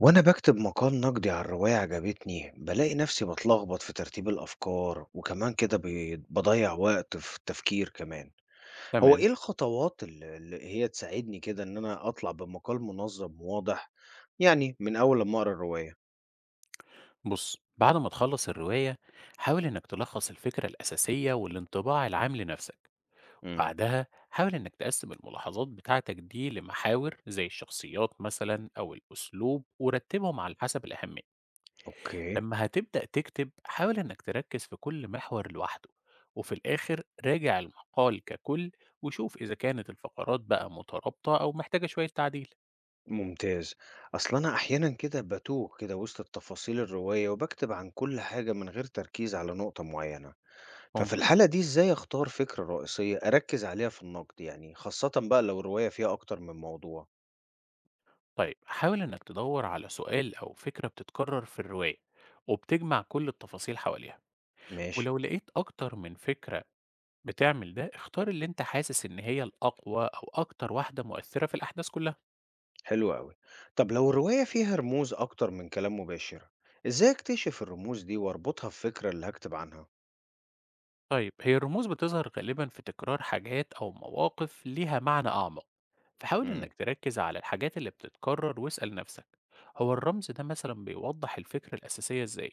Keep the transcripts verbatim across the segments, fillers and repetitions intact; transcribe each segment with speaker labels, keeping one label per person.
Speaker 1: وأنا بكتب مقال نقدي عن رواية عجبتني، بلاقي نفسي بتلخبط في ترتيب الأفكار، وكمان كده بي- بضيع وقت في التفكير كمان. هو
Speaker 2: تمام.
Speaker 1: إيه الخطوات اللي اللي هي تساعدني كده إن أنا أطلع بمقال منظم وواضح؟ يعني من أول لما أقرأ الرواية.
Speaker 2: بص، بعد ما تخلص الرواية حاول إنك تلخص الفكرة الأساسية والانطباع العام لنفسك.
Speaker 1: امم
Speaker 2: وبعدها حاول إنك تقسم الملاحظات بتاعتك دي لمحاور زي الشخصيات مثلا أو الأسلوب، ورتبهم على حسب الأهمية.
Speaker 1: أوكي،
Speaker 2: لما هتبدأ تكتب حاول إنك تركز في كل محور لوحده، وفي الآخر راجع المقال ككل وشوف إذا كانت الفقرات بقى مترابطة أو محتاجة شوية تعديل.
Speaker 1: ممتاز. أصل أنا أحيانا كده بتوه كده وسط التفاصيل الرواية، وبكتب عن كل حاجة من غير تركيز على نقطة معينة. ففي الحالة دي إزاي أختار فكرة رئيسية أركز عليها في النقد، يعني خاصة بقى لو الرواية فيها أكتر من موضوع؟
Speaker 2: طيب حاول إنك تدور على سؤال أو فكرة بتتكرر في الرواية وبتجمع كل التفاصيل حواليها.
Speaker 1: ماشي،
Speaker 2: ولو لقيت أكتر من فكرة بتعمل ده، اختار اللي أنت حاسس إن هي الأقوى أو أكتر واحدة مؤثرة في الأحداث كلها.
Speaker 1: حلو أوي. طب لو الرواية فيها رموز أكتر من كلام مباشر، إزاي أكتشف الرموز دي وأربطها بفكرة اللي هكتب عنها؟
Speaker 2: طيب هي الرموز بتظهر غالبا في تكرار حاجات أو مواقف ليها معنى أعمق، فحاول
Speaker 1: امم،
Speaker 2: إنك تركز على الحاجات اللي بتتكرر واسأل نفسك هو الرمز ده مثلا بيوضح الفكرة الأساسية إزاي،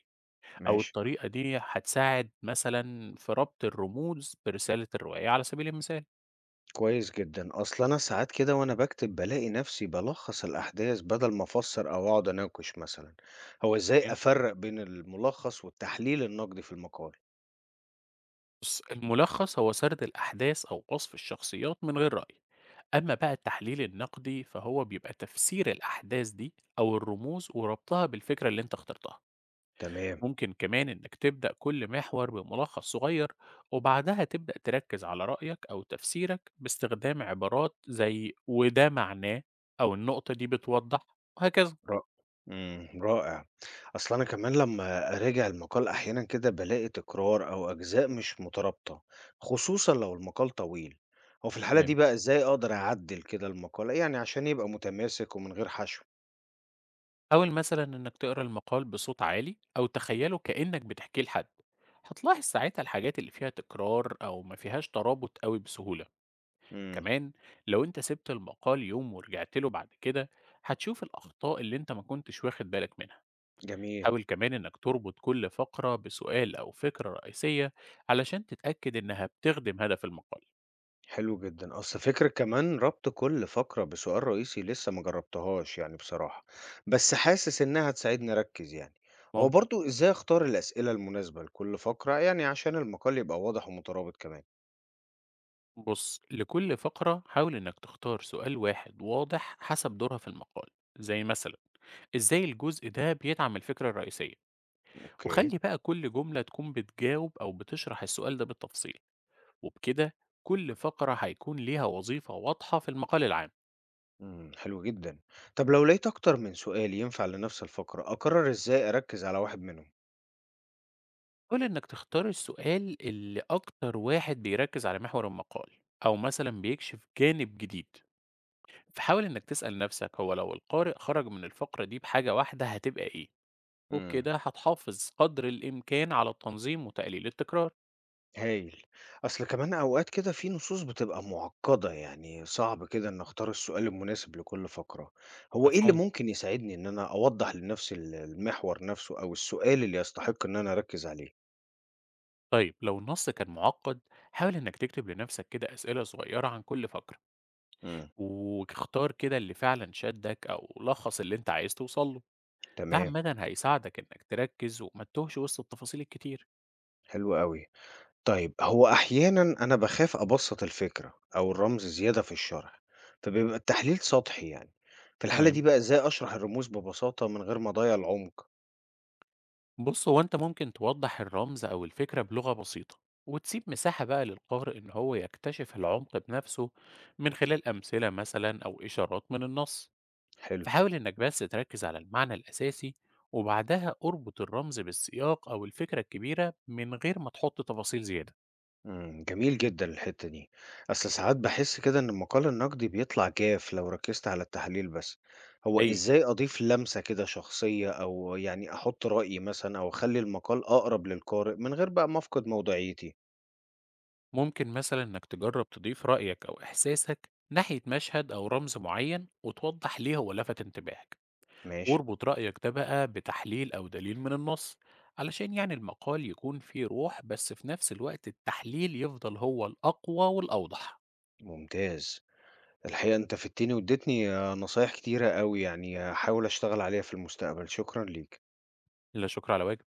Speaker 2: أو
Speaker 1: ماشي،
Speaker 2: الطريقة دي هتساعد مثلا في ربط الرموز برسالة الرواية على سبيل المثال.
Speaker 1: كويس جدا. أصل أنا ساعات كده وأنا بكتب بلاقي نفسي بلخص الأحداث بدل ما أفسر أو أقعد أناقش مثلا. هو إزاي
Speaker 2: أوكي.
Speaker 1: أفرق بين الملخص والتحليل النقدي في المقال؟
Speaker 2: بُص، الملخص هو سرد الأحداث أو وصف الشخصيات من غير رأي، أما بقى التحليل النقدي فهو بيبقى تفسير الأحداث دي أو الرموز وربطها بالفكرة اللي أنت اخترتها.
Speaker 1: تمام.
Speaker 2: ممكن كمان إنك تبدأ كل محور بملخص صغير، وبعدها تبدأ تركز على رأيك أو تفسيرك باستخدام عبارات زي وده معناه، أو النقطة دي بتوضح، وهكذا.
Speaker 1: ر إمم، رائع. أصل أنا كمان لمّا أراجع المقال أحيانًا كده بالاقي تكرار أو أجزاء مش مترابطة، خصوصًا لو المقال طويل. هو في الحالة دي
Speaker 2: تمام.
Speaker 1: بقى إزاي أقدر أعدِّل كده المقال، يعني عشان يبقى متماسك ومن غير حشو؟
Speaker 2: حاول مثلا إنك تقرأ المقال بصوت عالي أو تخيله كأنك بتحكيه لحد، هتلاحظ ساعتها الحاجات اللي فيها تكرار أو ما فيهاش ترابط قوي بسهولة.
Speaker 1: إمم،
Speaker 2: كمان لو انت سبت المقال يوم ورجعت له بعد كده هتشوف الأخطاء اللي انت ما كنتش واخد بالك منها.
Speaker 1: جميل،
Speaker 2: حاول كمان إنك تربط كل فقرة بسؤال أو فكرة رئيسية علشان تتأكد إنها بتخدم هدف المقال.
Speaker 1: حلو جدًا. أصل فكرة كمان ربط كل فقرة بسؤال رئيسي لسه ما جربتهاش يعني بصراحة، بس حاسس إنها هتساعدني أركّز يعني. هو
Speaker 2: ممكن.
Speaker 1: برضه إزاي أختار الأسئلة المناسبة لكل فقرة، يعني عشان المقال يبقى واضح ومترابط كمان؟
Speaker 2: بص، لكل فقرة حاول إنك تختار سؤال واحد واضح حسب دورها في المقال، زي مثلا إزاي الجزء ده بيدعم الفكرة الرئيسية.
Speaker 1: أوكي.
Speaker 2: وخلي بقى كل جملة تكون بتجاوب أو بتشرح السؤال ده بالتفصيل، وبكده كل فقرة هيكون ليها وظيفة واضحة في المقال العام.
Speaker 1: إمم، حلو جدًا. طب لو لقيت أكتر من سؤال ينفع لنفس الفقرة، أقرر إزاي أركّز على واحد منهم؟
Speaker 2: حاول إنك تختار السؤال اللي أكتر واحد بيركز على محور المقال، أو مثلا بيكشف جانب جديد. فحاول إنك تسأل نفسك هو لو القارئ خرج من الفقرة دي بحاجة واحدة هتبقى إيه،
Speaker 1: إمم،
Speaker 2: وبكده هتحافظ قدر الإمكان على التنظيم وتقليل التكرار.
Speaker 1: هايل. أصل كمان أوقات كده في نصوص بتبقى معقدة، يعني صعب كده إني أختار السؤال المناسب لكل فقرة. هو إيه اللي
Speaker 2: مفهوم؟
Speaker 1: ممكن يساعدني إن أنا أوضّح لنفسي ال المحور نفسه أو السؤال اللي يستحق إن أنا أركّز عليه؟
Speaker 2: طيب لو النص كان معقد حاول إنك تكتب لنفسك كده أسئلة صغيرة عن كل فقرة،
Speaker 1: إمم،
Speaker 2: واختار كده اللي فعلا شدك أو لخص اللي أنت عايز توصل له. ده
Speaker 1: تمام،
Speaker 2: عامة هيساعدك إنك تركز وما تتوهش وسط التفاصيل الكتير.
Speaker 1: حلو أوي. طيب هو أحيانا أنا باخاف أبسط الفكرة أو الرمز زيادة في الشرح، فبيبقى التحليل سطحي يعني. في الحالة
Speaker 2: تمام.
Speaker 1: دي بقى إزاي أشرح الرموز ببساطة من غير ما أضيع العمق؟
Speaker 2: بص، هو أنت ممكن توضح الرمز أو الفكرة بلغة بسيطة، وتسيب مساحة بقى للقارئ إن هو يكتشف العمق بنفسه من خلال أمثلة مثلا أو إشارات من النص.
Speaker 1: حلو.
Speaker 2: فحاول إنك بس تركز على المعنى الأساسي، وبعدها اربط الرمز بالسياق أو الفكرة الكبيرة من غير ما تحط تفاصيل زيادة.
Speaker 1: مم، جميل جدا الحتة دي. أصل ساعات بحس كده إن المقال النقدي بيطلع جاف لو ركزت على التحليل بس. هو
Speaker 2: أي،
Speaker 1: إزاي أضيف لمسة كده شخصية، أو يعني أحط رأيي مثلا، أو أخلي المقال أقرب للقارئ من غير بقى ما أفقد موضوعيتي؟
Speaker 2: ممكن مثلا إنك تجرب تضيف رأيك أو إحساسك ناحية مشهد أو رمز معين وتوضح ليه هو لفت انتباهك.
Speaker 1: ماشي،
Speaker 2: واربط رأيك ده بقى بتحليل أو دليل من النص علشان يعني المقال يكون فيه روح، بس في نفس الوقت التحليل يفضل هو الأقوى والأوضح.
Speaker 1: ممتاز. الحقيقة أنت فدتني واديتني آه، نصايح كتيرة أوي، يعني هحاول أشتغل عليها في المستقبل. شكرا ليك.
Speaker 2: لا شكر على واجب.